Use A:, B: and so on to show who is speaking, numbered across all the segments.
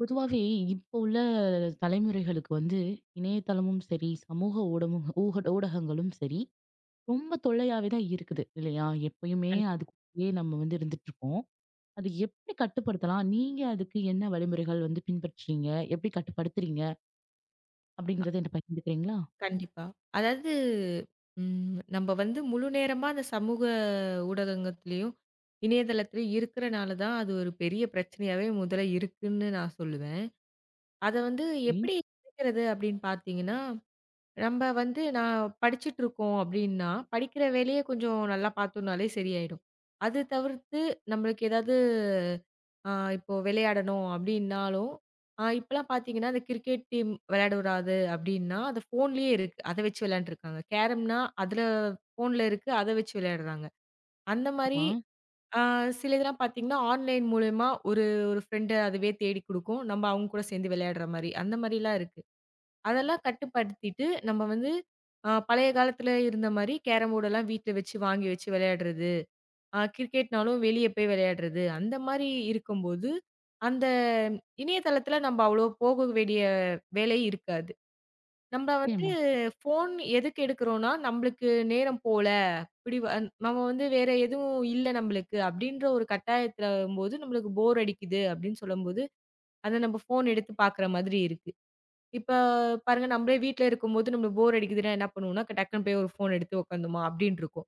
A: பொதுவாவே இப்போ உள்ள தலைமுறைகளுக்கு வந்து இணையதளமும் சரி, சமூக ஊடமும் ஊக ஊடகங்களும் சரி, ரொம்ப தொல்லையாவே தான் இருக்குது இல்லையா? எப்பயுமே
B: கண்
A: அதுக்குள்ளயே நம்ம வந்து இருந்துட்டுருக்கோம். அது எப்படி கட்டுப்படுத்தலாம்? நீங்க அதுக்கு என்ன வழிமுறைகள் வந்து பின்பற்றுறீங்க? எப்படி கட்டுப்படுத்துறீங்க? அப்படிங்கிறத என்ட்ட பகிர்ந்துக்கிறீங்களா?
B: கண்டிப்பா. அதாவது, நம்ம வந்து முழு நேரமா அந்த சமூக ஊடகங்கத்திலயும், இணையதளத்திலயும் இருக்கிறனால தான் அது ஒரு பெரிய பிரச்சனையாவே முதல்ல இருக்குன்னு நான் சொல்லுவேன். அத வந்து
A: ஏ
B: எப்படி குறைக்கிறது அப்படின்னு பார்த்தீங்கன்னா, நம்ம வந்து நான் படிச்சுட்டு இருக்கோம் அப்படின்னா, படிக்கிற வேலைய கொஞ்சம் நல்லா பார்த்தோம்னாலே சரியாயிடும். அது தவிர்த்து நம்மளுக்கு ஏதாவது ஆ இப்போ விளையாடணும் அப்டின்னாலும், இப்பலாம் பார்த்தீங்கன்னா, அந்த கிரிக்கெட் டீம் விளையாடக்கூடாது அப்டின்னா, அது ஃபோன்லயே இருக்கு. அத வச்சு விளையாண்டுருக்காங்க. கேரம்னா அதுல ஃபோன்ல இருக்கு. அத வச்சு விளையாடுறாங்க. அந்த மாரி
A: ஆமா.
B: அ சில இதெல்லாம் பார்த்தீங்கன்னா, ஆன்லைன் மூலியமா ஒரு ஒரு ஃப்ரெண்ட அதுவே தேடி குடுக்கும். நம்ம அவங்க கூட சேர்ந்து விளையாடுற மாரி. அந்த மாரிலாம் இருக்கு. அதெல்லாம் கட்டுப்படுத்திட்டு நம்ம வந்து பழைய காலத்துல இருந்த மாரி கேரம் போர்டெல்லாம் வீட்ல வச்சு வாங்கி வச்சு விளையாடுறது. கிரிக்கெட்னாலும் வெளிய போய் விளையாடுறது. அந்த மாரி இருக்கும்போது, அந்த இணையதளத்தில நம்ம அவ்வளோ போக வேண்டிய வேலை இருக்காது. நம்ம வந்து
A: நிச்சயமா.
B: ஃபோன் எதுக்கு எடுக்கிறோம்னா, நம்மளுக்கு நேரம் போல, இப்படி வ நம்ம வந்து வேற எதுவும் இல்ல நம்மளுக்கு அப்படின்ற ஒரு கட்டாயத்தில வரும்போது, நம்மளுக்கு போர் அடிக்குது அப்படின்னு சொல்லும்போது, அத நம்ம ஃபோன் எடுத்து பார்க்குற மாதிரி இருக்கு. இப்ப பாருங்க, நம்மளே வீட்ல இருக்கும்போது நம்மளுக்கு போர் அடிக்குதுன்னா என்ன பண்ணுவோம்னா, டக்குனு போய் ஒரு ஃபோன் எடுத்து உட்காந்தோமா அப்படின்னு இருக்கும்.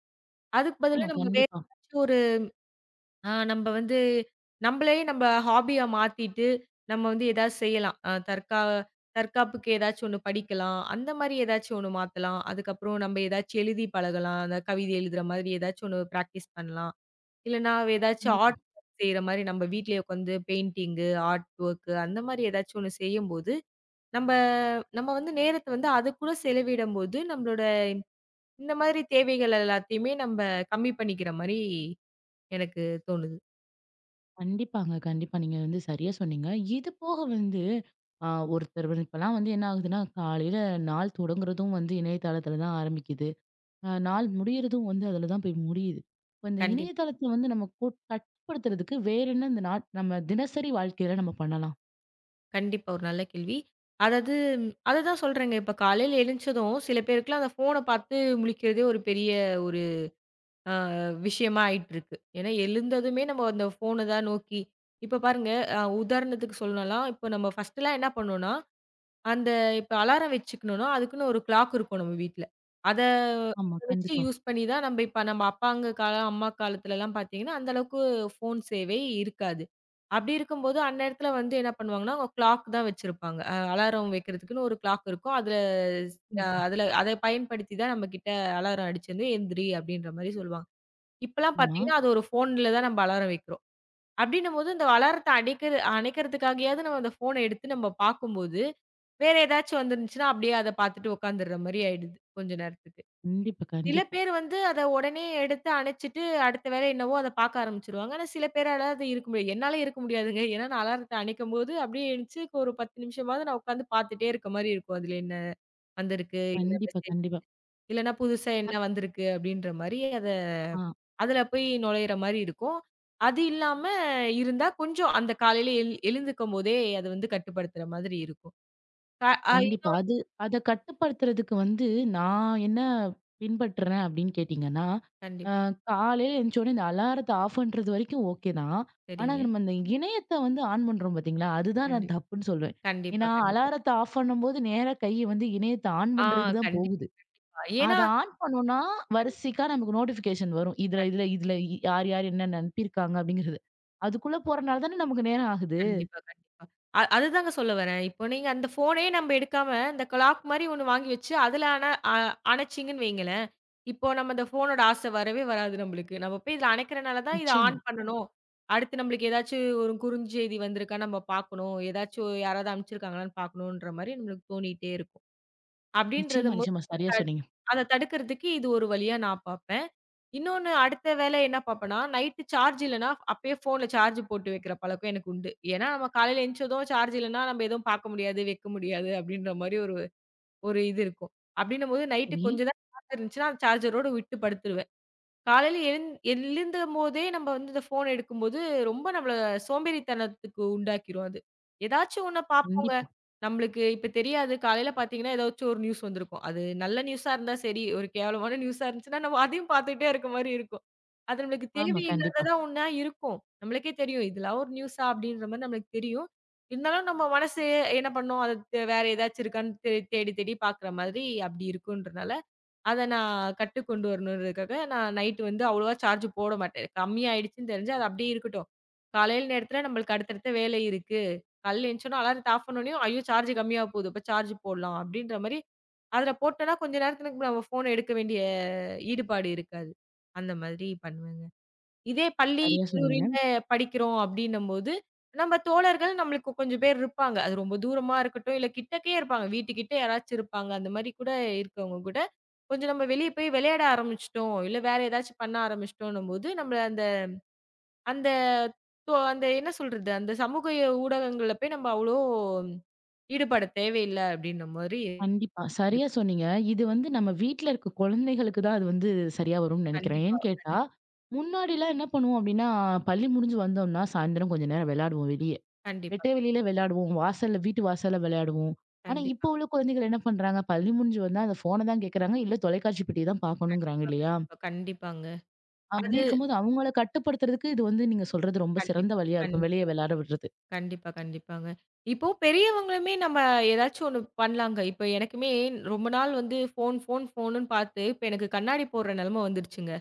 B: அதுக்கு பதிலா
A: ஆமா,
B: நம்ம வேற
A: கண்டிப்பா.
B: ஏதாச்சும் ஒரு நம்ப வந்து நம்பளே நம்ப ஹாபியா மாத்திட்டு, நம்ம வந்து ஏதாவது செய்யலாம். அ தற்கா தற்காப்புக்கு ஏதாச்சும் ஒண்ணு படிக்கலாம். அந்த மாரி ஏதாச்சும் ஒண்ணு மாத்தலாம். அதுக்கப்புறம் நம்ப ஏதாச்சும் எழுதி பழகலாம். அந்த கவிதை எழுதுற மாதிரி ஏதாச்சும் ஒண்ணு பிராக்டிஸ் பண்ணலாம். இல்லன்னா ஏதாச்சும் ஆர்ட் செய்ற மாரி நம்ப வீட்லயே உட்காந்து பெயிண்டிங்கு, ஆர்ட் வொர்க்கு அந்த மாரி ஏதாச்சும் ஒண்ணு செய்யும்போது, நம்ப நம்ம வந்து நேரத்த வந்து அதுக்கூட செலவிடும்போது, நம்மளோட இந்த மாதிரி தேவைகள் எல்லாத்தையுமே நம்ப கம்மி பண்ணிக்கிற மாரி எனக்கு தோணுது.
A: கண்டிப்பாங்க. கண்டிப்பா. நீங்க வந்து சரியா சொன்னீங்க. இது போக வந்து அ ஒருத்தர் வந்து இப்பலாம் வந்து என்ன ஆகுதுன்னா, காலையில நாள் தொடங்குறதும் வந்து இணையதளத்துல தான் ஆரம்பிக்குது. நாள் முடியறதும் வந்து அதுல தான் போய் முடியுது. இப்ப இந்த
B: கண்டிப்பா.
A: இணையதளத்த வந்து நம்ம கட்டுப்படுத்துறதுக்கு வேற என்ன இந்த நம்ம தினசரி வாழ்க்கையில நம்ம பண்ணலாம்?
B: கண்டிப்பா, ஒரு நல்ல கேள்வி. அதாவது, அததான் சொல்றேங்க. இப்ப காலையில எழுந்ததும் சில பேருக்குலாம் அந்த ஃபோன பார்த்து முழிக்கிறதே ஒரு பெரிய ஒரு அ விஷயமா ஆயிட்டுருக்கு. ஏன்னா எழுந்ததுமே நம்ம அந்த ஃபோன தான் நோக்கி. இப்ப பாருங்க, உதாரணத்துக்கு சொல்லலாம். இப்ப நம்ம ஃபர்ஸ்ட்டுலாம் என்ன பண்ணோம்னா, அந்த இப்ப அலாரம் வச்சுக்கணும்னா, அதுக்குன்னு ஒரு கிளாக் இருக்கும் நம்ம வீட்ல. அத
A: ஆமா.
B: வச்சு
A: கண்டிப்பா.
B: யூஸ் பண்ணி தான். நம்ப இப்ப நம்ம அப்பாங்க காலம், அம்மா காலத்துலலாம் பார்த்தீங்கன்னா, அந்த அளவுக்கு ஃபோன் சேவை இருக்காது. அப்படி இருக்கும்போது, அந்நேரத்துல வந்து என்ன பண்ணுவாங்கன்னா, அவங்க கிளாக் தான் வச்சிருப்பாங்க. அலாரம் வைக்கிறதுக்குன்னு ஒரு கிளாக் இருக்கும். அதுல ஸ் அ
A: கண்டிப்பா.
B: அதுல அத பயன்படுத்தி தான் நம்மகிட்ட அலாரம் அடிச்சிருந்து, "எந்திரி" அப்படின்ற மாரி சொல்லுவாங்க. இப்பலாம்
A: ஆமா.
B: பார்த்தீங்கன்னா, அது ஒரு ஃபோன்ல தான் நம்ப அலாரம் வைக்கிறோம். அப்டின்னும்போது, இந்த அலாரத்த அடிக்கிற அணைக்கிறதுக்காகயாவது நம்ம அந்த ஃபோன எடுத்து நம்ம பார்க்கும்போது, வேற ஏதாச்சும் வந்துருந்துச்சுன்னா, அப்டியே அத பார்த்துட்டு உட்காந்துர்ற மாரி ஆயிடுது, கொஞ்ச நேரத்துக்கு.
A: கண்டிப்பா,
B: சில
A: கண்டிப்பா.
B: பேர் வந்து அத உடனே எடுத்து அணைச்சுட்டு, அடுத்த வேலை என்னவோ அத பார்க்க ஆரம்பிச்சுருவாங்க. ஆனா சில பேரால அது இருக்க முடியாது. என்னால இருக்க முடியாதுங்க. ஏன்னா நான் அலாரத்த அணைக்கும்போது, அப்டியே எந்திச்சு ஒரு 10 நிமிஷமாவது நான் உட்காந்து பார்த்துட்டே இருக்க மாரி இருக்கும். அதுல என்ன வந்திருக்கு? என்ன
A: கண்டிப்பா,
B: மெசேஜ்?
A: கண்டிப்பா.
B: இல்லன்னா புதுசா
A: அ
B: என்ன வந்திருக்கு? அப்டின்ற மாரி அத
A: ஆ.
B: அதுல போய் நுழையிற மாரி இருக்கும். அது இல்லாம இருந்தா கொஞ்சம் அந்த காலையில எழுந்துக்கும்போதே அது வந்து கட்டுப்படுத்துற மாதிரி இருக்கும். க ஆ
A: கண்டிப்பா. அது அத கட்டுப்படுத்துறதுக்கு வந்து நான் என்ன பின்பற்றுறேன் அப்படின்னு கேட்டீங்கன்னா, அ
B: கண்டிப்பா.
A: காலையில எந்திச்ச உடனே இந்த அலாரத்த ஆஃப் பண்றது வரைக்கும் ஓகே தான். ஆனா,
B: சரிங்க.
A: நம்ம இந்த இணையத்த வந்து ஆன் பண்றோம் பார்த்தீங்களா? அதுதான் நான்
B: கண்டிப்
A: தப்புன்னு சொல்வேன்.
B: கண்டிப்பா,
A: ஏன்னா,
B: கண்டிப்பா.
A: அலாரத்த ஆஃப் பண்ணும்போது நேரா கை வந்து இணையத்த ஆன்
B: ஆ
A: பண்றதுக்கு தான்
B: கண்டிப்பா,
A: போகுது.
B: கண்டிப்பா. ஏன்னா
A: அத ஆன் பண்ணோம்னா,
B: கண்டிப்பா.
A: வரிசைக்கா நமக்கு நோட்டிஃபிகேஷன் வரும். இதுல இதுல இதுல யார் யார் என்னென்ன அனுப்பியிருக்காங்க அப்படிங்கிறது. அதுக்குள்ள போறனால தானே நமக்கு நேரம் ஆகுது.
B: கண்டிப்பா, கண்டிப்பா. அதுதாங்க சொல்ல வரேன். இப்போ நீங்க அந்த ஃபோனே நம்ப எடுக்காம, இந்த கிளாக் மாரி ஒண்ணு வாங்கி வச்சு, அதுல அன அ அணைச்சீங்கன்னு வைங்களேன், இப்போ நம்ம இந்த ஃபோனோட ஆசை வரவே வராது நம்பளுக்கு. நம்ம போய் இதில அணைக்கிறனால தான் இத
A: நிச்சயமா,
B: ஆன் பண்ணணும். அடுத்து நம்பளுக்கு ஏதாச்சும் ஒரு குறுஞ்செய்தி வந்திருக்கா நம்ம பாக்கணும். ஏதாச்சும் யாராவது அனுப்பிச்சிருக்காங்களான்னு பாக்கணுன்ற மாரி நம்மளுக்கு தோணிட்டே இருக்கும்.
A: நிச்சயமா,
B: அப்படின்றதும்போது
A: நிச்சயமா. சரியா
B: அத
A: சொன்னீங்க.
B: அத தடுக்கிறதுக்கு இது ஒரு வழியா நான் பார்ப்பேன். இன்னொன்னு அடுத்த வேலை என்ன பார்ப்பேன்னா, நைட் சார்ஜ் இல்லன்னா அப்பயே ஃபோன்ல சார்ஜ் போட்டு வைக்கிற பழக்கம் எனக்கு உண்டு. ஏன்னா நம்ம காலையில எந்திச்சதும் சார்ஜ் இல்லன்னா நம்ம எதுவும் பார்க்க முடியாது, வைக்க முடியாது அப்படின்ற மாரி ஒரு ஒரு இது இருக்கும். அப்படின்னும்போது நைட்
A: சரி.
B: கொஞ்சம் தான் சார்ஜ் இருந்துச்சுன்னா, அந்த சார்ஜரோட விட்டு படுத்துருவேன். காலையில எழுந்தம்போதே நம்ம வந்து இந்த ஃபோன் எடுக்கும்போது, ரொம்ப நம்மள சோம்பேறித்தனத்துக்கு உண்டாக்கிரும் அது. ஏதாச்சும் ஒண்ண பார்ப்போங்க.
A: கண்டிப்பா.
B: நம்மளுக்கு இப்ப தெரியாது. காலையில பார்த்தீங்கன்னா, ஏதாச்சும் ஒரு நியூஸ் வந்திருக்கும். அது நல்ல நியூஸா இருந்தா சரி, ஒரு கேவலமான நியூஸா இருந்துச்சுன்னா, நம்ம அதையும் பார்த்துட்டே இருக்க மாரி இருக்கும். அது நம்மளுக்கு
A: ஆமா. கண்டிப்பா.
B: தேவையில்லாததா ஒண்ணா இருக்கும். நம்மளுக்கே தெரியும். இதெல்லாம் ஒரு நியூஸா? அப்படின்ற மாரி நம்மளுக்கு தெரியும். இருந்தாலும் நம்ம மனசு என்ன பண்ணும்? அது வேற ஏதாச்சும் இருக்கான்னு தேடி தேடி பார்க்குற மாதிரி அப்படி இருக்குன்றனால, அத நான் கட்டுக் கொண்டு வரணுன்றதுக்காக, நான் நைட் வந்து அவ்வளவா சார்ஜ் போட மாட்டேன். கம்மியாயிடுச்சுன்னு தெரிஞ்சு, அது அப்படியே இருக்கட்டும். காலையில நேரத்துல நம்மளுக்கு அடுத்தடுத்த வேலை இருக்கு. காலையில எந்திரிச்சோனே அலாரத்த ஆஃப் பண்ணோனயும், ஐயோ! சார்ஜ் கம்மியா போகுது. அப்ப சார்ஜ் போடலாம் அப்படின்ற மாரி, அதுல போட்டோம்னா கொஞ்ச நேரத்துக்கு நம்ம ஃபோன எடுக்க வேண்டிய ஈடுபாடு இருக்காது. அந்த மாதிரி பண்ணுவேங்க. இதே பள்ளி,
A: சரியா சொன்னீங்க.
B: கல்லூரியில படிக்கிறோம் அப்டின்னும்போது, நம்ம தோழர்கள் நம்மளுக்கு கொஞ்சம் பேர் இருப்பாங்க. அது ரொம்ப தூரமா இருக்கட்டும், இல்ல கிட்டக்கயே இருப்பாங்க. வீட்டுக்கிட்ட யாராச்சும் இருப்பாங்க. அந்த மாரி கூட இருக்கவங்க கூட, கொஞ்சம் நம்ம வெளிய போய் விளையாட ஆரம்பிச்சுட்டோம், இல்ல வேற ஏதாச்சும் பண்ண ஆரம்பிச்சுட்டோன்னும்போது, நம்மள அந்த அந்த தோ அந்த என்ன சொல்றது? அந்த சமூக ஊடகங்கள்ல போய் நம்ம அவ்ளோ ஈடுபட தேவையில்ல அப்டின்ன மாரி
A: கண்டிப்பா. சரியா
B: இருக்கு.
A: சொன்னீங்க. இது வந்து நம்ம வீட்ல இருக்க குழந்தைகளுக்கு தான் அது வந்து சரியா வரும்னு நெனைக்கிறேன்.
B: கண்டிப்பா,
A: ஏன்னு கேட்டா,
B: கண்டிப்
A: முன்னாடிலாம் என்ன பண்ணுவோம் அப்டின்னா, பள்ளி முடிஞ்சு வந்தோம்னா, சாயந்தரம் கொஞ்ச நேரம் விளையாடுவோம் வெளிய.
B: கண்டிப்பா,
A: வெட்ட வெளியில விளையாடுவோம். வாசல்ல வீட்டு வாசல்ல விளையாடுவோம். ஆனா, இப்போ
B: கண்டிப்பாங்க.
A: உள்ள குழந்தைகள் என்ன பண்றாங்க? பள்ளி முடிஞ்சு வந்தா அந்த ஃபோன தான் கேட்கறாங்க. இல்ல தொலைக்காட்சி பெட்டிய தான் பார்க்கணுங்கிறாங்க இல்லையா?
B: கண்டிப்பாங்க.
A: அப்டி
B: அது
A: இருக்கும்போது அவங்கள கட்டுப்படுத்துறதுக்கு இது வந்து நீங்க சொல்றது ரொம்ப சிறந்த
B: கண்டிப்பா,
A: வழியா இருக்கும். வெளிய
B: கண்டிப்பா.
A: விளையாட விடுறது.
B: கண்டிப்பா, கண்டிப்பாங்க. இப்போ பெரியவங்களுமே நம்ம ஏதாச்சும் ஒண்ணு பண்ணலாங்க. இப்ப எனக்குமே ரொம்ப நாள் வந்து ஃபோன், ஃபோன், ஃபோனுன்னு பார்த்து, இப்ப எனக்கு கண்ணாடி போடுற நெலம வந்துருச்சுங்க.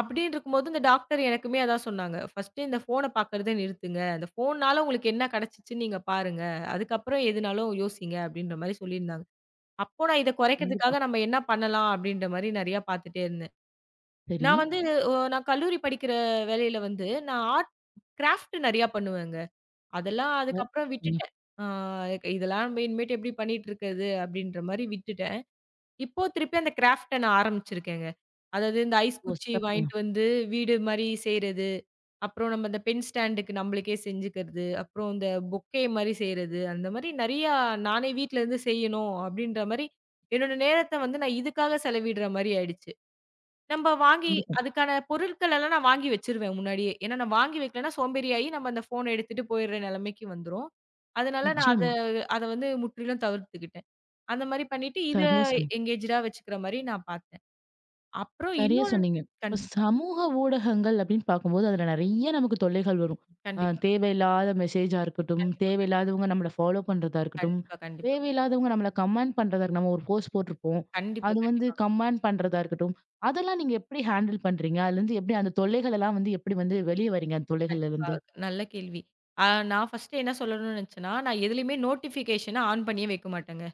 B: அப்படின்னு இருக்கும்போது இந்த டாக்டர் எனக்குமே அதான் சொன்னாங்க. "ஃபர்ஸ்ட்டு இந்த ஃபோன பார்க்கறத நிறுத்துங்க. அந்த ஃபோன்னால உங்களுக்கு என்ன கெடைச்சிச்சுன்னு நீங்க பாருங்க. அதுக்கப்புறம் எதுனாலும் யோசிங்க." அப்படின்ற மாரி சொல்லியிருந்தாங்க. அப்போ நான் இத
A: கண்டிப்பா.
B: குறைக்கிறதுக்காக நம்ம என்ன பண்ணலாம்? அப்படின்ற மாரி நெறையா பார்த்துட்டே இருந்தேன்.
A: சரி.
B: நான் வந்து நான் கல்லூரி படிக்கிற வேலையில வந்து, நான் ஆர்ட் கிராஃப்ட் நெறையா பண்ணுவேங்க. அதெல்லாம்
A: ஓ!
B: அதுக்கப்புறம்
A: சிறப்புங்க.
B: விட்டுட்டேன். ஆ இதெல்லாம் நம்ம இனிமேட்டு எப்படி பண்ணிட்டு இருக்கறது? அப்படின்ற மாரி விட்டுட்டேன். இப்போ திருப்பி அந்த கிராஃப்ட்ட நான் ஆரம்பிச்சிருக்கேங்க. அதாவது இந்த ஐஸ்
A: ஓ,
B: குச்சி
A: சிறப்புங்க.
B: வாங்கிட்டு வந்து வீடு மாரி செய்றது. அப்புறம் நம்ம இந்த பென் ஸ்டாண்டுக்கு நம்மளுக்கே செஞ்சுக்கிறது. அப்புறம் இந்த பொக்கே மாரி செய்றது. அந்த மாரி நெறையா நானே வீட்ல இருந்து செய்யணும் அப்படின்ற மாரி, என்னோட நேரத்த வந்து நான் இதுக்காக செலவிடுற மாரி ஆயிடுச்சு. நம்ப வாங்கி
A: கண்டிப்பா.
B: அதுக்கான பொருட்கள் எல்லாம் நான் வாங்கி வச்சுருவேன் முன்னாடியே. ஏன்னா நான் வாங்கி வைக்கலன்னா சோம்பேறியாயி நம்ம அந்த ஃபோன எடுத்துட்டு போயிடுற நிலைமைக்கு வந்துரும். அதனால நான் அத
A: நிச்சயமா.
B: அத வந்து முற்றிலும் தவிர்த்துக்கிட்டேன். அந்த மாரி பண்ணிட்டு இத
A: சரியா சொன்னீங்க.
B: எங்கேஜ்டா வச்சுக்கிற மாரி நான் பார்த்தேன். அப்புறம்
A: சரியா
B: இன்னொரு
A: சொன்னீங்க. இப்ப
B: கண்டிப்பா,
A: சமூக ஊடகங்கள் அப்படின்னு பார்க்கும்போது, அதுல நெறைய நமக்கு தொல்லைகள் வரும்.
B: கண்டிப்பாங்க,
A: தேவையில்லாத மெசேஜா இருக்கட்டும்,
B: கண்டிப்பா,
A: தேவையில்லாதவங்க நம்மள ஃபாலோ பண்றதா இருக்கட்டும்,
B: கண்டிப்பா, கண்டிப்பா,
A: தேவையில்லாதவங்க நம்மள கமெண்ட் பண்றதா இருக்கட்டும். நம்ம ஒரு போஸ்ட் போட்டிருப்போம்.
B: கண்டிப்பா,
A: அது வந்து
B: கண்டிப்பாங்க,
A: கமெண்ட் பண்றதா இருக்கட்டும். அதெல்லாம் நீங்க எப்படி ஹேண்டில் பண்றீங்க? அதுலருந்து எப்படி அந்த தொல்லைகள் எல்லாம் வந்து எப்படி வந்து வெளிய வரீங்க அந்த தொல்லைகள்ல
B: கண்டிப்பா.
A: இருந்து?
B: நல்ல கேள்வி. ஆ நான் ஃபர்ஸ்ட்டு என்ன சொல்லணும்னு நினச்சேன்னா, நான் எதுலயுமே நோட்டிஃபிகேஷன ஆன் பண்ணியே வைக்க மாட்டேங்க.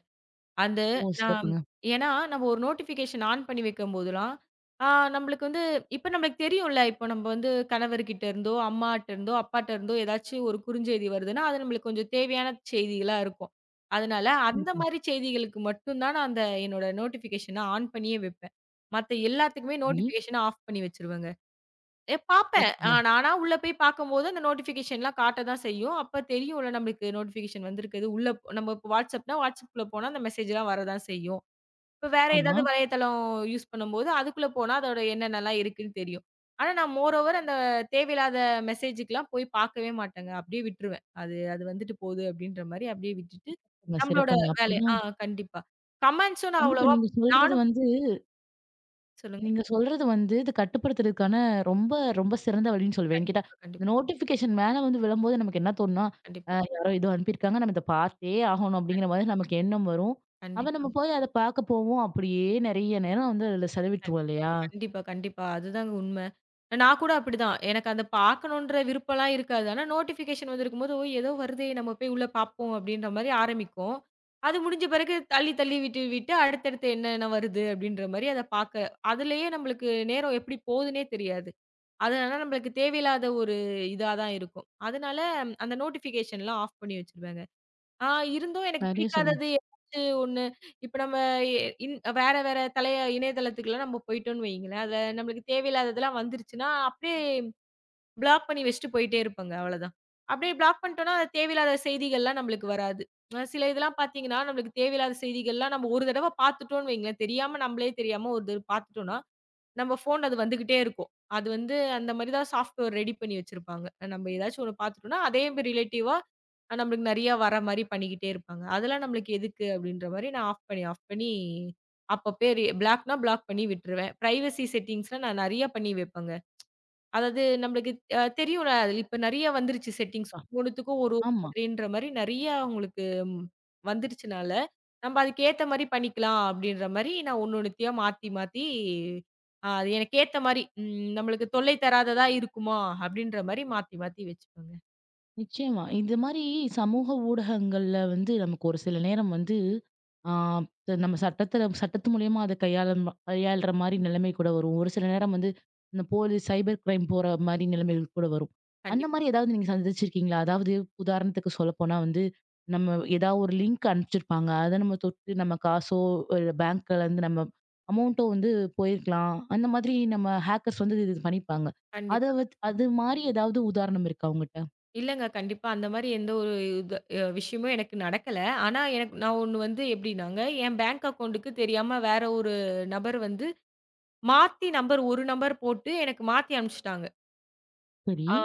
B: அந்த
A: ஓ!
B: நான்
A: சிறப்புங்க.
B: ஏன்னா, நம்ம ஒரு நோட்டிஃபிகேஷன் ஆன் பண்ணி வைக்கும்போதெல்லாம், ஆ நம்மளுக்கு வந்து இப்ப நம்மளுக்கு தெரியும்ல. இப்போ நம்ம வந்து கணவர்கிட்ட இருந்தோ, அம்மாட்ட இருந்தோ, அப்பாட்ட இருந்தோ ஏதாச்சும் ஒரு குறுஞ்செய்தி வருதுன்னா, அது நம்மளுக்கு கொஞ்சம் தேவையான செய்திகளா இருக்கும். அதனால அந்த
A: கண்டிப்பா.
B: மாரி செய்திகளுக்கு மட்டும் தான் நான் அந்த என்னோட நோட்டிஃபிகேஷன ஆன் பண்ணியே வைப்பேன். மத்த எல்லாத்துக்குமே
A: சரி.
B: நோட்டிஃபிகேஷன ஆஃப் பண்ணி வச்சுருவேங்க. பாப்பேன்.
A: சிறப்புங்க.
B: நானா உள்ள போய் பார்க்கும்போது, அந்த நோட்டிஃபிகேஷன்லாம் காட்ட தான் செய்யும். அப்ப தெரியும்ல நம்மளுக்கு நோட்டிஃபிகேஷன் வந்திருக்குது. உள்ள போ நம்ம இப்ப WhatsAppனா, WhatsAppக்குள்ள போனா அந்த மெசேஜ்லாம் வரதான் செய்யும். இப்ப வேற
A: ஆமா.
B: ஏதாவது வலைத்தளம் யூஸ் பண்ணும்போது, அதுக்குள்ள போனா அதோட என்னென்னலாம் இருக்குன்னு தெரியும். ஆனா நான் மோர் ஓவர் அந்த தேவையில்லாத மெசேஜுக்குலாம் போய் பார்க்கவே மாட்டேங்க. அப்படியே விட்டுருவேன். அது அது வந்துட்டு போகுது அப்படின்ற மாரி அப்படியே விட்டுட்டு,
A: சிறப்புங்க.
B: நம்மளோட
A: சிறப்புங்க.
B: வேலைய
A: அப்படிதான்
B: கண்டிப்பா. கமெண்ட்ஸும் நான்
A: கண்டிப்பா
B: அவ்வளவா
A: நீங்க சொல்றது
B: நானும்
A: வந்து
B: சொல்லுங்க.
A: நீங்க சொல்றது வந்து இது கட்டுப்படுத்துறதுக்கான ரொம்ப, ரொம்ப சிறந்த வழின்னு சொல்வேன். கேட்டா,
B: கண்டிப்பா,
A: இந்த
B: கண்டிப்பா,
A: நோட்டிஃபிகேஷன் மேல வந்து விழும்போது நமக்கு என்ன தோணும்னா,
B: கண்டிப்பா,
A: யாரோ ஏதோ அனுப்பியிருக்காங்க. நம்ம இத பார்த்தே ஆகணும் அப்படிங்கிற மாதிரி
B: கண்டிப்பா,
A: நமக்கு எண்ணம் வரும். அப்ப
B: கண்டிப்பா,
A: நம்ம போய் அத பார்க்க போவோம். அப்படியே நெறைய நேரம் வந்து அதுல
B: கண்டிப்பாங்க.
A: செலவிட்டுருவோம் இல்லையா?
B: கண்டிப்பா, கண்டிப்பா. அதுதாங்க உண்மை. நான் கூட அப்படிதான். எனக்கு அத பார்க்கணுன்ற விருப்பம்லாம் இருக்காது. ஆனா நோட்டிஃபிகேஷன் வந்திருக்கும்போது, "ஓ! ஏதோ வருதே, நம்ம போய் உள்ள பார்ப்போம்." அப்படின்ற மாரி ஆரம்பிக்கும். அது முடிஞ்ச பிறகு தள்ளி, தள்ளி விட்டு, விட்டு அடுத்தடுத்து என்னென்ன வருது அப்படின்ற மாரி அத பார்க்க அதிலேயே நம்மளுக்கு நேரம் எப்படி போகுதுன்னே தெரியாது. அதனால நம்மளுக்கு தேவையில்லாத ஒரு இதா தான் இருக்கும். அதனால அந்த நோட்டிஃபிகேஷன்லாம் ஆஃப் பண்ணி வச்சுருவேங்க. ஆ இருந்தும் எனக்கு
A: சரியா சொன்னீங்க.
B: பிடிக்காதது ஏதாச்சு ஒண்ணு. இப்ப நம்ம எ இன் வேற வேற இணையதளத்துக்குலாம் நம்ம போயிட்டோம்ன்னு வையுங்களேன், அதுல நம்மளுக்கு தேவையில்லாததெல்லாம் வந்துருச்சுன்னா, அப்படியே பிளாக் பண்ணி வச்சுட்டு போயிட்டே இருப்பேங்க. அவ்வளதான். அப்படியே பிளாக் பண்ணிட்டோம்னா, அது தேவையில்லாத செய்திகள்லாம் நம்மளுக்கு வராது. சில இதெல்லாம் பார்த்தீங்கன்னா, நம்மளுக்கு தேவையில்லாத செய்திகள்லாம் நம்ம ஒரு தடவ பார்த்துட்டோம்ன்னு வையுங்களேன், தெரியாம நம்மளே தெரியாம ஒரு தடவ பார்த்துட்டோம்னா, நம்ம ஃபோன்ல அது வந்துகிட்டே இருக்கும். அது வந்து அந்த மாரி தான் சாஃப்ட்வேர் ரெடி பண்ணி வச்சிருப்பாங்க. நம்ம ஏதாச்சும் ஒண்ணு பார்த்துட்டோம்னா, அதே ரிலேட்டிவா நம்மளுக்கு நெறைய வர மாரி பண்ணிக்கிட்டே இருப்பாங்க. அதெல்லாம் நம்மளுக்கு எதுக்கு அப்படின்ற மாரி நான் ஆஃப் பண்ணி, ஆஃப் பண்ணி அப்பப்பயே ரி பிளாக்னா பிளாக் பண்ணி விட்டுருவேன். பிரைவசி செட்டிங்ஸ்லாம் நான் நெறைய பண்ணி வைப்பேங்க. அதாவது நம்மளுக்கு தெரியும்ல. அதுல இப்ப நெறைய வந்துருச்சு செட்டிங்ஸ். ஒவ்வொன்னுத்துக்கும் ஒரு ஒரு
A: ஆமா.
B: மாதிரின்ற மாரி நெறைய உங்களுக்கு ம் வந்துருச்சுனால, நம்ம அதுக்கேத்த மாரி பண்ணிக்கலாம் அப்படின்ற மாரி நான் ஒண்ணு ஒண்ணுத்தையா மாத்தி மாத்தி அது எனக்கு ஏத்த மாரி நம்மளுக்கு தொல்லை தராததா இருக்குமா? அப்படின்ற மாரி மாத்தி மாத்தி வச்சுப்பேங்க.
A: நிச்சயமா. இந்த மாரி சமூக ஊடகங்கள்ல வந்து நமக்கு ஒரு சில நேரம் வந்து, ஆ நம்ம சட்டத்து மூலியமா அத கையாள்ற மாரி நிலைமை கூட வரும். ஒரு சில நேரம் வந்து இந்த போலீஸ் சைபர் கிரைம் போற மாரி நிலைமைகள் கூட வரும். அந்த
B: கண்டிப்பா,
A: மாரி ஏதாவது நீங்க சந்திச்சிருக்கீங்களா? அதாவது உதாரணத்துக்கு சொல்லப்போனா வந்து, நம்ம ஏதாவது ஒரு லிங்க் அனுப்பிச்சிருப்பாங்க. அத நம்ம தொட்டு நம்ம காசோ, இல்ல பேங்க்லருந்து நம்ம அமௌண்ட்டோ வந்து போயிருக்கலாம். அந்த மாதிரி நம்ம ஹேக்கர்ஸ் வந்து இது பண்ணியிருப்பாங்க. அத
B: கண்டிப்பா,
A: வச்
B: கண்டிப்பா.
A: அது மாரி ஏதாவது உதாரணம் இருக்கா உங்கட்ட?
B: இல்லங்க. கண்டிப்பா அந்த மாரி எந்த ஒரு இது அ விஷயமும் எனக்கு நடக்கல. ஆனா எனக்கு நான் ஒண்ணு வந்து எப்படின்னாங்க, என் பேங்க் அக்கவுண்டுக்கு தெரியாம வேற ஒரு நபர் வந்து மாத்தி நம்பர் ஒரு நம்பர் போட்டு எனக்கு மாத்தி அனுப்பிச்சுட்டாங்க.
A: சரி,
B: ஆ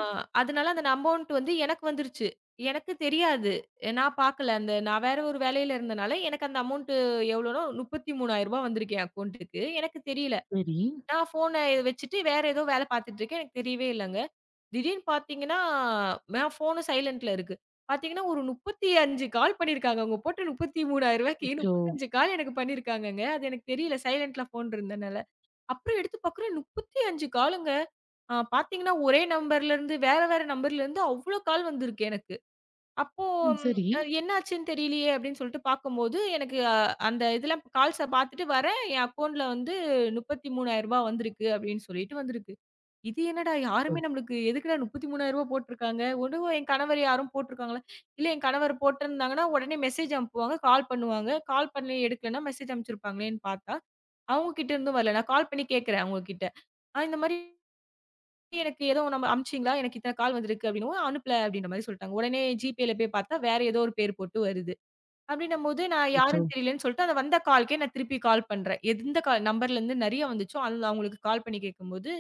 B: அதனால அந்த அமௌண்ட் வந்து எனக்கு வந்துருச்சு. எனக்கு தெரியாது. நான் பார்க்கல. அந்த நான் வேற ஒரு வேலையில இருந்தனால எனக்கு அந்த அமௌண்ட் எவ்வளோனோ ரூ. 33,000 வந்திருக்கு என் அக்கவுண்ட்டுக்கு. எனக்கு தெரியல.
A: சரி.
B: நான் ஃபோன வச்சுட்டு வேற ஏதோ வேல பார்த்துட்டு இருக்கேன். எனக்கு தெரியவே இல்லங்க. திடீர்னு பார்த்தீங்கன்னா, நான் ஃபோனும் சைலன்ட்ல இருக்கு. பார்த்தீங்கன்னா, ஒரு 35 கால் பண்ணியிருக்காங்க. அவங்க போட்ட ரூ. 33,000க்கு
A: அச்சோ!
B: 35 கால் எனக்கு பண்ணியிருக்காங்கங்க. அது எனக்கு தெரியல சைலன்ட்ல ஃபோன் இருந்தனால. அப்புறம் எடுத்து பார்க்குறேன் 35 காலுங்க. பார்த்தீங்கன்னா, ஒரே நம்பர்லருந்து வேற வேற நம்பர்லருந்து அவ்ளோ கால் வந்திருக்கு எனக்கு. அப்போ
A: ம்.
B: ம்
A: சரி.
B: அ என்னாச்சுன்னு தெரியலையே! அப்படின்னு சொல்லிட்டு பார்க்கும்போது, எனக்கு அந்த இதெல்லாம் கால்ஸ பார்த்துட்டு வரேன், என் அக்கவுண்ட்ல வந்து ரூ. 33,000 வந்திருக்கு அப்படின்னு சொல்லிட்டு வந்திருக்கு. இது என்னடா, யாருமே
A: ஓ!
B: நம்மளுக்கு எதுக்குடா ரூ. 33,000 போட்டிருக்காங்க? ஒருவேளை என் கணவர் யாரும் போட்டிருக்காங்களா? இல்ல என் கணவர் போட்டிருந்தாங்கன்னா, உடனே மெசேஜ் அனுப்புவாங்க, கால் பண்ணுவாங்க. கால் பண்ணி எடுக்கலன்னா மெசேஜ் அனுப்பிச்சிருப்பாங்களேன்னு பார்த்தா, அவங்க கிட்ட இருந்தும் வரல. நான் கால் பண்ணி கேட்கிறேன் அவங்க கிட்ட. இந்த மாரி எனக்கு ஏதோ நம்ம அனுப்பிச்சீங்களா? எனக்கு இத்தன கால் வந்திருக்கு அப்டின்னவும், அனுப்பல அப்டின்ற மாரி சொல்ட்டாங்க. உடனே ஜிபேல போய் பார்த்தா, வேற ஏதோ ஒரு பேர் போட்டு வருது. அப்டின்னம்போது நான்
A: அச்சோ!
B: யாருன்னு தெரியலன்னு சொல்லிட்டு, அந்த வந்த கால்க்கே நான் திருப்பி கால் பண்றேன். எந்த கால் நம்பர்லேருந்து நெறைய வந்துச்சோ, அதுல அவங்களுக்கு கால் பண்ணி கேட்கும்போது,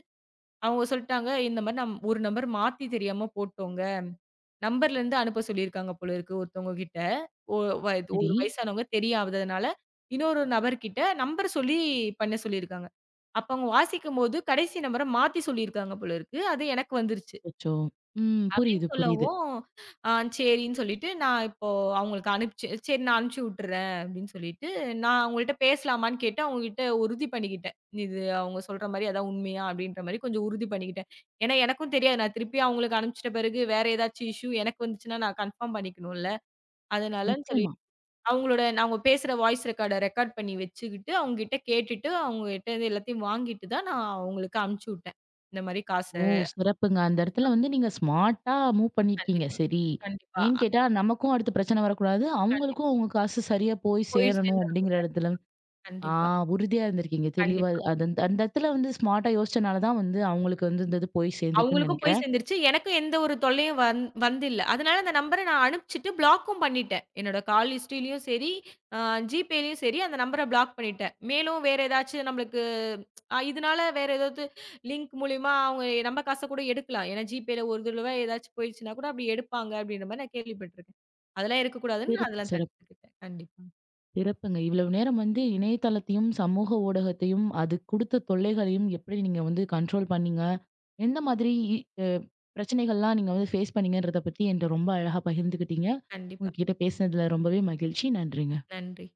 B: அவங்க சொல்ட்டாங்க, "இந்த மாரி நம் ஒரு நம்பர் மாத்தி தெரியாம போட்டோங்க. நம்பர்லருந்து அனுப்ப சொல்லியிருக்காங்க போல இருக்கு ஒருத்தவங்க கிட்ட. ஒ வ இது
A: சரி.
B: ஒரு வயசானவங்க தெரியாததுனால, இன்னொரு நபர்கிட்ட நம்பர் சொல்லி பண்ண சொல்லியிருக்காங்க. அப்ப அவங்க வாசிக்கும்போது, கடைசி நம்பர மாத்தி சொல்லியிருக்காங்க போல இருக்கு. அது எனக்கு வந்துருச்சு."
A: அச்சோ! ம்.
B: அப்படின்னு
A: புரியுது, புரியுது.
B: சொல்லவும், ஆ சரின்னு சொல்லிட்டு, நான் இப்போ அவங்களுக்கு அனுப்பிச்சு சரி நான் அனுப்பிச்சு விட்டுறேன் அப்படின்னு சொல்லிட்டு, நான் அவங்கள்ட்ட பேசலாமான்னு கேட்டு அவங்ககிட்ட உறுதி பண்ணிக்கிட்டேன். இது அவங்க சொல்ற மாரி அதான் உண்மையா அப்படின்ற மாரி கொஞ்சம் உறுதி பண்ணிக்கிட்டேன். ஏன்னா எனக்கும் தெரியாது. நான் திருப்பி அவங்களுக்கு அனுப்பிச்சிட்ட பிறகு வேற ஏதாச்சும் இஷ்யூ எனக்கு வந்துச்சுன்னா நான் கன்ஃபார்ம் பண்ணிக்கணும்ல. அதனாலன்னு சொல்லி
A: நிச்சயமா.
B: அவங்களோட நான் அவங்க பேசுற வாய்ஸ் ரெக்கார்ட் பண்ணி வச்சுக்கிட்டு, அவங்ககிட்ட கேட்டுட்டு, அவங்ககிட்ட இருந்து எல்லாத்தையும் வாங்கிட்டு தான் நான் அவங்களுக்கு அனுப்பிச்சு விட்டேன். இந்த மாரி
A: ஓ! சிறப்புங்க. அந்த இடத்துல வந்து நீங்க ஸ்மார்ட்டா மூவ் பண்ணியிருக்கீங்க.
B: கண்டிப்பா,
A: சரி.
B: கண்டிப்பா,
A: ஏன்னு கேட்டா நமக்கும் அடுத்து பிரச்சனை வரக்கூடாது. அவங்களுக்கும்
B: கண்டிப்பா.
A: அவங்க காசு சரியா போய்
B: போய்
A: சேரணும்
B: சேர்ந்துரும்.
A: அப்படிங்கிற இடத்துல ஆ
B: கண்டிப்பா.
A: உறுதியா இருந்திருக்கீங்க. தெளிவா
B: கண்டிப்பா.
A: அது அந்த அந்த இடத்துல வந்து ஸ்மார்ட்டா யோசிச்சனால தான் வந்து அவங்களுக்கு வந்து இந்த இது போய் சேர்ந்திருக்குன்னு
B: அவங்களுக்கும் போய்
A: நினைக்கிறேன்.
B: சேர்ந்துருச்சு. எனக்கும் எந்த ஒரு தொல்லையும் வந்தில்ல. அதனால அந்த நம்பர நான் அனுப்பிச்சுட்டு பிளாக்கும் பண்ணிட்டேன். என்னோட கால் ஹிஸ்டரிலயும் சரி, அ ஜிபேலயும் சரி அந்த நம்பர பிளாக் பண்ணிட்டேன். மேலும் வேற ஏதாச்சும் நம்மளுக்கு இதனால வேற ஏதாவது லிங்க் மூலியமா அவங்க நம்ம காச கூட எடுக்கலாம். ஏன்னா ஜிபேல ஒரு தடவ ஏதாச்சும் போயிடுச்சுன்னா கூட அப்படி எடுப்பாங்க அப்படின்ற மாரி நான் கேள்விப்பட்டுருக்கேன். அதெல்லாம் இருக்கக்கூடாதுன்னு நான்
A: சிறப்பு,
B: அதெல்லாம்
A: சிறப்பு.
B: தடுத்துக்கிட்டேன். கண்டிப்பா.
A: சிறப்புங்க. இவ்வளவு நேரம் வந்து இணையதளத்தையும், சமூக ஊடகத்தையும், அது குடுத்த தொல்லைகளையும் எப்படி நீங்க வந்து கண்ட்ரோல் பண்ணீங்க? எந்த மாதிரி இ அ பிரச்சனைகள்லாம் நீங்க வந்து ஃபேஸ் பண்ணீங்கன்றத பத்தி என்ட்ட ரொம்ப அழகா பகிர்ந்துக்கிட்டீங்க.
B: கண்டிப்பா.
A: உங்ககிட்ட பேசினதுல ரொம்பவே மகிழ்ச்சி. நன்றிங்க.
B: நன்றி.